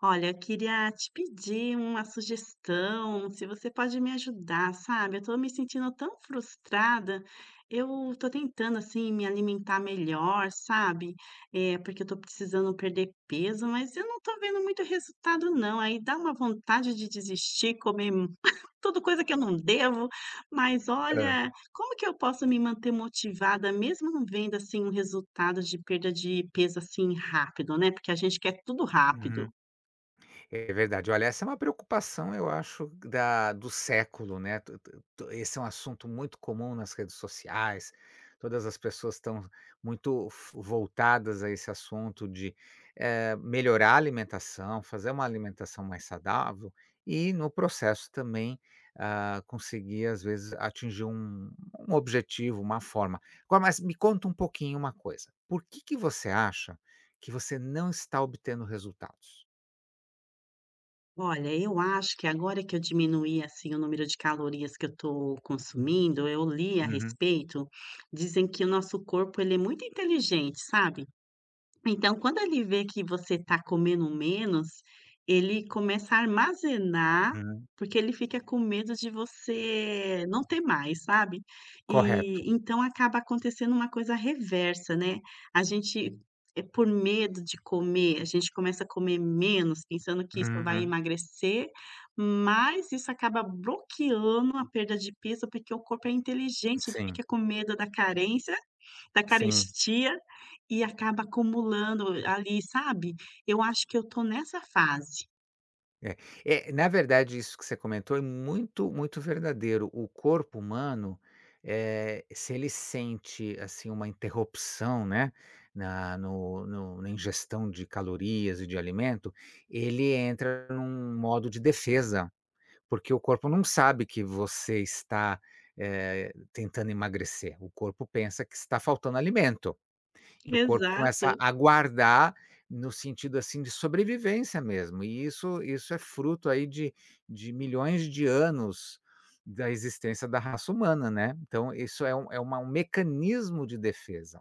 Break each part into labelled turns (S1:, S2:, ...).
S1: Olha, eu queria te pedir uma sugestão, se você pode me ajudar, sabe? Eu tô me sentindo tão frustrada. Eu tô tentando, assim, me alimentar melhor, sabe? É, porque eu tô precisando perder peso, mas eu não tô vendo muito resultado, não. Aí dá uma vontade de desistir, comer tudo coisa que eu não devo. Mas
S2: Hã.
S1: olha, como que eu posso me manter motivada, mesmo não vendo, assim, um resultado de perda de peso, assim, rápido, né? Porque a gente quer tudo rápido.
S2: Uhum. É verdade. Olha, essa é uma preocupação, eu acho, da do século, né, to to to esse é um assunto muito comum nas redes sociais, todas as pessoas estão muito fo voltadas a esse assunto de, melhorar a alimentação, fazer uma alimentação mais saudável e no processo também, conseguir às vezes atingir um objetivo, uma forma. Agora, mas me conta um pouquinho uma coisa, por que que você acha que você não está obtendo resultados?
S1: Olha, eu acho que agora que eu diminuí, assim, o número de calorias que eu estou consumindo, eu li a
S2: Uhum.
S1: respeito, dizem que o nosso corpo ele é muito inteligente, sabe? Então, quando ele vê que você está comendo menos, ele começa a armazenar,
S2: Uhum,
S1: porque ele fica com medo de você não ter mais, sabe.
S2: correto.
S1: E então acaba acontecendo uma coisa reversa, né. A gente, por medo de comer, a gente começa a comer menos, pensando que isso vai
S2: Uhum,
S1: emagrecer, mas isso acaba bloqueando a perda de peso, porque o corpo é inteligente, ele
S2: sim,
S1: fica com medo da carência da
S2: sim.
S1: carestia e acaba acumulando ali, sabe. Eu acho que eu tô nessa fase.
S2: É é, na verdade, isso que você comentou é muito, muito verdadeiro. O corpo humano, se ele sente, assim, uma interrupção, né, na no no na ingestão de calorias e de alimento, ele entra num modo de defesa, porque o corpo não sabe que você está, tentando emagrecer. O corpo pensa que está faltando alimento. E o corpo
S1: Exato.
S2: começa a guardar, no sentido, assim, de sobrevivência mesmo, e isso é fruto aí de milhões de anos da existência da raça humana, né, então isso é um é uma um mecanismo de defesa.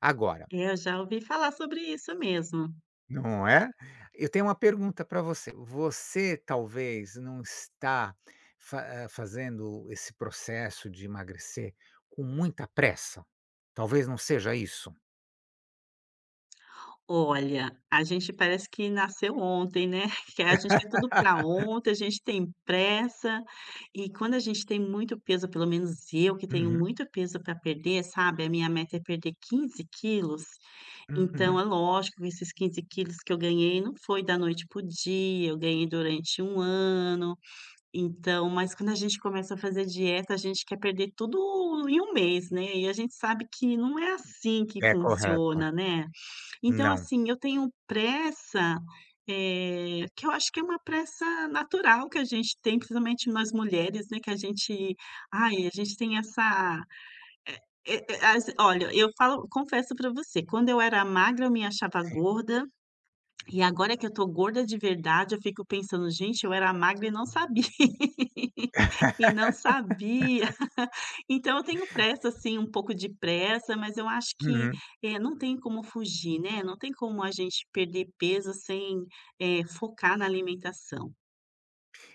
S2: Agora,
S1: É, eu já ouvi falar sobre isso mesmo.
S2: não é? Eu tenho uma pergunta para você, você talvez não está fazendo esse processo de emagrecer com muita pressa? Talvez não seja isso?
S1: Olha, a gente parece que nasceu ontem, né, que a gente quer tudo para ontem, a gente tem pressa, e quando a gente tem muito peso, pelo menos eu que tenho
S2: Uhum,
S1: muito peso para perder, sabe, a minha meta é perder 15 quilos, então é
S2: uhum.
S1: lógico que esses 15 quilos que eu ganhei não foi da noite para o dia, eu ganhei durante um ano, então mas quando a gente começa a fazer dieta, a gente quer perder tudo em um mês, né, e a gente sabe que não é assim que
S2: É correto.
S1: funciona, né. Então,
S2: Não.
S1: assim, eu tenho pressa, que eu acho que é uma pressa natural que a gente tem, principalmente nós mulheres, né, que a gente ai, a gente tem essa eh eh, as olha, eu falo confesso pra você, quando eu era magra, eu me achava
S2: Sim.
S1: gorda, e agora que eu tô gorda de verdade, eu fico pensando: "Gente, eu era magra e não sabia". E não sabia. Então eu tenho pressa, assim, um pouco de pressa, mas eu acho que,
S2: Uhum.
S1: não tem como fugir, né, não tem como a gente perder peso sem, focar na alimentação.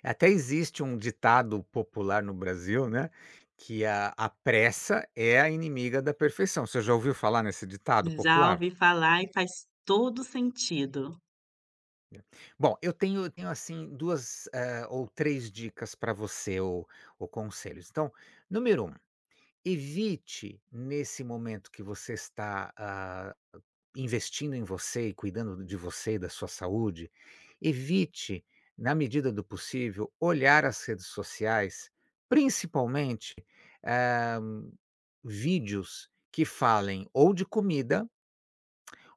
S2: Até existe um ditado popular no Brasil, né, que a pressa é a inimiga da perfeição. Você já ouviu falar nesse ditado
S1: Já
S2: popular?
S1: ouvi falar e faz todo sentido.
S2: Bom, eu tenho, assim, 2 ou 3 dicas para você ou conselhos. Então, número um, evite nesse momento que você está, investindo em você e cuidando de você e da sua saúde, evite, na medida do possível, olhar as redes sociais, principalmente, eh, vídeos que falem ou de comida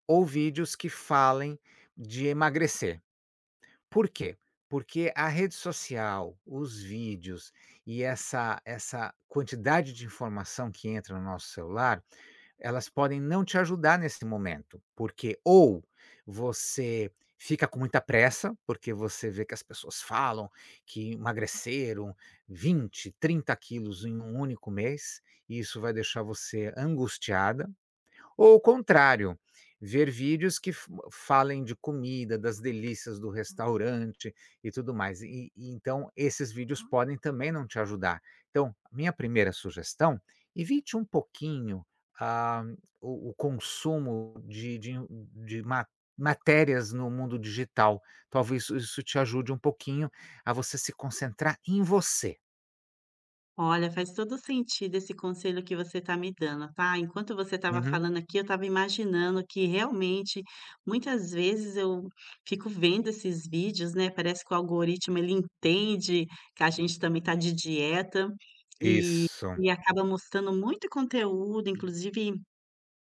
S2: ou vídeos que falem de emagrecer. Por quê? Porque a rede social, os vídeos e essa quantidade de informação que entra no nosso celular elas podem não te ajudar nesse momento, porque ou você fica com muita pressa, porque você vê que as pessoas falam que emagreceram 20, 30 quilos em um único mês, e isso vai deixar você angustiada. Ou o contrário, ver vídeos que f falem de comida, das delícias do restaurante e tudo mais. E então esses vídeos podem também não te ajudar. Então, minha primeira sugestão, evite um pouquinho, ah, o consumo de ma matérias no mundo digital. Talvez isso te ajude um pouquinho a você se concentrar em você.
S1: Olha, faz todo sentido esse conselho que você está me dando, tá? Enquanto você estava
S2: Uhum.
S1: falando aqui, eu estava imaginando que realmente muitas vezes eu fico vendo esses vídeos, né? Parece que o algoritmo ele entende que a gente também está de dieta e,
S2: Isso,
S1: e acaba mostrando muito conteúdo, inclusive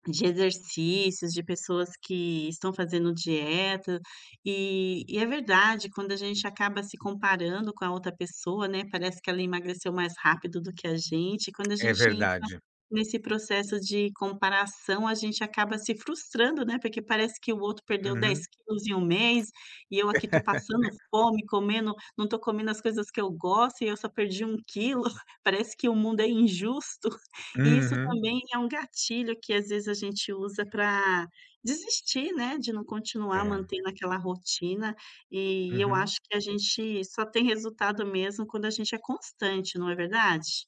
S1: de exercícios, de pessoas que estão fazendo dieta, e é verdade, quando a gente acaba se comparando com a outra pessoa, né, parece que ela emagreceu mais rápido do que a gente,
S2: é verdade.
S1: nesse processo de comparação, a gente acaba se frustrando, né, porque parece que o outro perdeu 10
S2: Uhum,
S1: quilos em um mês, e eu aqui estou passando fome, comendo não estou comendo as coisas que eu gosto e eu só perdi um quilo. Parece que o mundo é injusto. E isso
S2: uhum.
S1: também é um gatilho que às vezes a gente usa para desistir, né, de não continuar
S2: É,
S1: mantendo aquela rotina. E eu
S2: uhum.
S1: acho que a gente só tem resultado mesmo quando a gente é constante, não é verdade?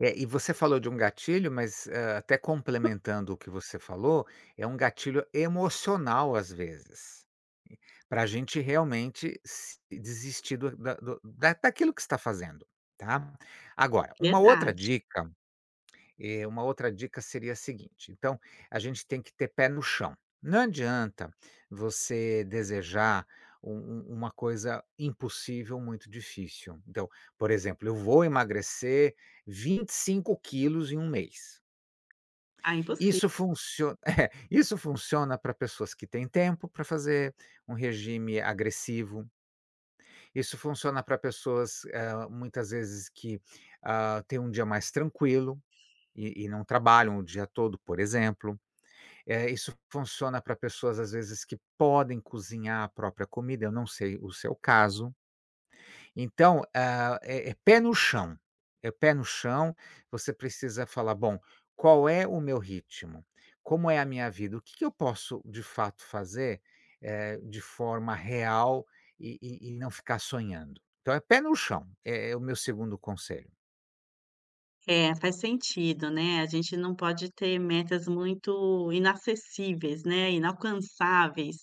S2: É, e você falou de um gatilho, mas, até complementando o que você falou, é um gatilho emocional, às vezes, para a gente realmente se desistir do da do da daquilo que está fazendo, tá. Agora,
S1: Verdade.
S2: uma outra dica seria a seguinte: então, a gente tem que ter pé no chão. Não adianta você desejar uma coisa impossível, muito difícil. Então, por exemplo, eu vou emagrecer 25 quilos em um mês.
S1: Ah, impossível.
S2: Isso funciona é, isso funciona para pessoas que têm tempo para fazer um regime agressivo, isso funciona para pessoas, muitas vezes que, têm um dia mais tranquilo. E não trabalham o dia todo, por exemplo. Isso funciona para pessoas, às vezes, que podem cozinhar a própria comida, eu não sei o seu caso. Então, é pé no chão, é pé no chão, você precisa falar: "Bom, qual é o meu ritmo? Como é a minha vida? O que que eu posso, de fato, fazer, de forma real e não ficar sonhando?". Então é pé no chão, é o meu segundo conselho.
S1: É, faz sentido, né, a gente não pode ter metas muito inacessíveis, né, inalcançáveis.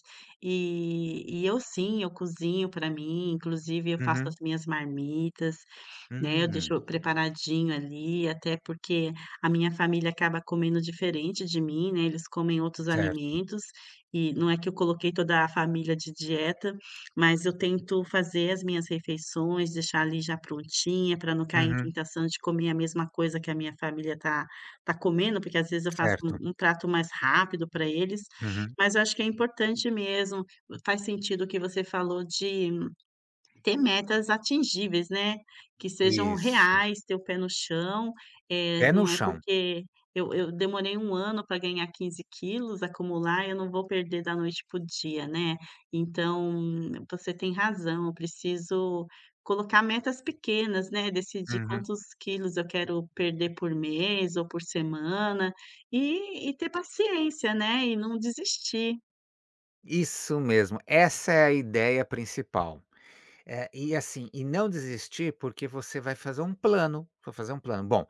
S1: E eu sim, eu cozinho para mim, inclusive eu faço as
S2: Uhum.
S1: minhas marmitas, né, eu
S2: Hum.
S1: deixo preparadinho ali, até porque a minha família acaba comendo diferente de mim, né, eles comem outros
S2: Certo.
S1: alimentos, e não é que eu coloquei toda a família de dieta, mas eu tento fazer as minhas refeições, deixar ali já prontinha, para não cair em
S2: Uhum.
S1: tentação de comer a mesma coisa que a minha família tá comendo, porque às vezes eu faço
S2: Certo.
S1: um prato mais rápido para eles,
S2: Uhum.
S1: mas eu acho que é importante mesmo, faz sentido o que você falou de ter metas atingíveis, né, que sejam
S2: Isso.
S1: reais, ter o pé no chão,
S2: é no
S1: não é
S2: chão.
S1: porque eu demorei um ano para ganhar 15 quilos, acumular, eu não vou perder da noite para o dia, né. Então, você tem razão, eu preciso colocar metas pequenas, né, decidir
S2: Uhum.
S1: quantos quilos eu quero perder por mês ou por semana, e ter paciência, né, e não desistir.
S2: Isso mesmo, essa é a ideia principal. E assim, e não desistir porque você vai fazer um plano, vai fazer um plano. Bom,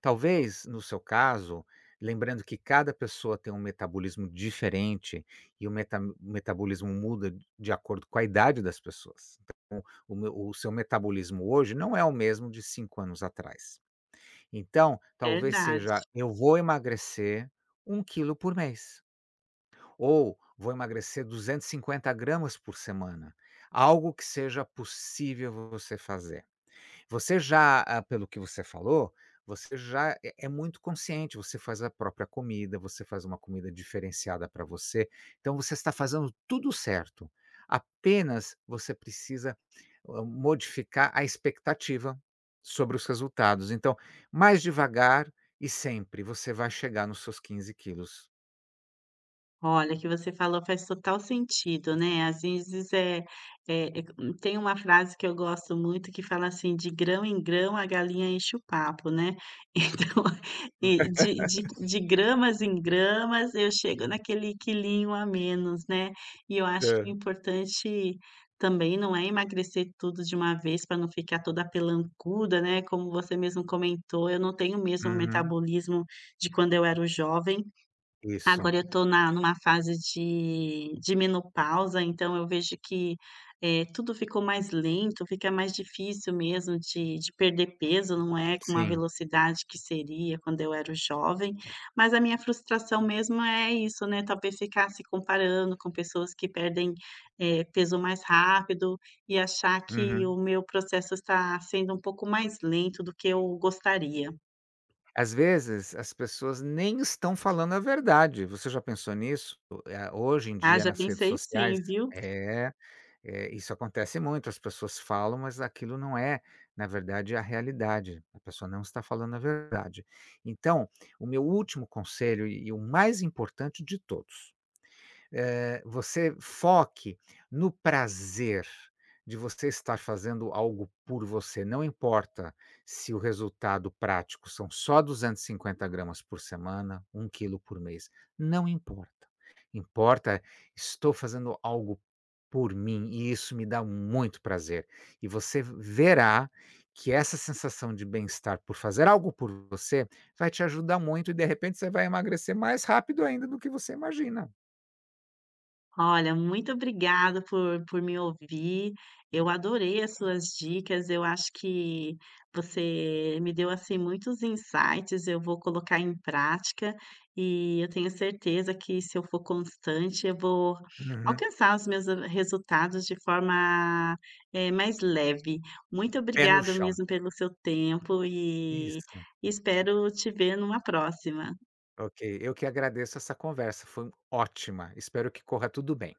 S2: talvez no seu caso, lembrando que cada pessoa tem um metabolismo diferente e o metabolismo muda de acordo com a idade das pessoas. O seu metabolismo hoje não é o mesmo de 5 anos atrás. Então, talvez
S1: Verdade.
S2: seja: "Eu vou emagrecer 1 quilo por mês". Ou vou emagrecer 250 gramas por semana, algo que seja possível você fazer. Você já, pelo que você falou, você já é muito consciente, você faz a própria comida, você faz uma comida diferenciada para você, então você está fazendo tudo certo, apenas você precisa, modificar a expectativa sobre os resultados. Então, mais devagar e sempre você vai chegar nos seus 15 quilos.
S1: Olha, o que você falou faz total sentido, né. Às vezes, é eh, tem uma frase que eu gosto muito que fala assim: "De grão em grão a galinha enche o papo", né. Então, e de gramas em gramas eu chego naquele quilinho a menos, né. E eu acho que o
S2: É.
S1: importante também não é emagrecer tudo de uma vez para não ficar toda pelancuda, né, como você mesmo comentou, eu não tenho o mesmo
S2: Uhum.
S1: metabolismo de quando eu era jovem.
S2: Isso,
S1: Agora eu tô na numa fase de menopausa, então eu vejo que, tudo ficou mais lento, fica mais difícil mesmo de perder peso, não é com a
S2: sim,
S1: velocidade que seria quando eu era jovem, mas a minha frustração mesmo é isso, né, talvez ficar se comparando com pessoas que perdem, peso mais rápido e achar que o
S2: uhum.
S1: meu processo está sendo um pouco mais lento do que eu gostaria.
S2: Às vezes, as pessoas nem estão falando a verdade, você já pensou nisso? Hoje em
S1: Ah,
S2: dia
S1: já
S2: nas redes
S1: pensei sim,
S2: sociais
S1: viu?
S2: é, isso acontece muito, as pessoas falam, mas aquilo não é, na verdade, a realidade, a pessoa não está falando a verdade. Então, o meu último conselho e o mais importante de todos. Você foque no prazer de você estar fazendo algo por você, não importa se o resultado prático são só 250 gramas por semana, 1 quilo por mês, não importa. Importa, estou fazendo algo por mim e isso me dá muito prazer. E você verá que essa sensação de bem-estar por fazer algo por você vai te ajudar muito e de repente você vai emagrecer mais rápido ainda do que você imagina.
S1: Olha, muito obrigada por me ouvir. Eu adorei as suas dicas. Eu acho que você me deu, assim, muitos insights. Eu vou colocar em prática e eu tenho certeza que, se eu for constante, eu vou
S2: Uhum.
S1: alcançar os meus resultados de forma, mais leve. Muito
S2: Pé no
S1: obrigada
S2: chão.
S1: mesmo pelo seu tempo e
S2: Isso,
S1: espero te ver numa próxima.
S2: ok. Eu que agradeço essa conversa, foi ótima. Espero que corra tudo bem.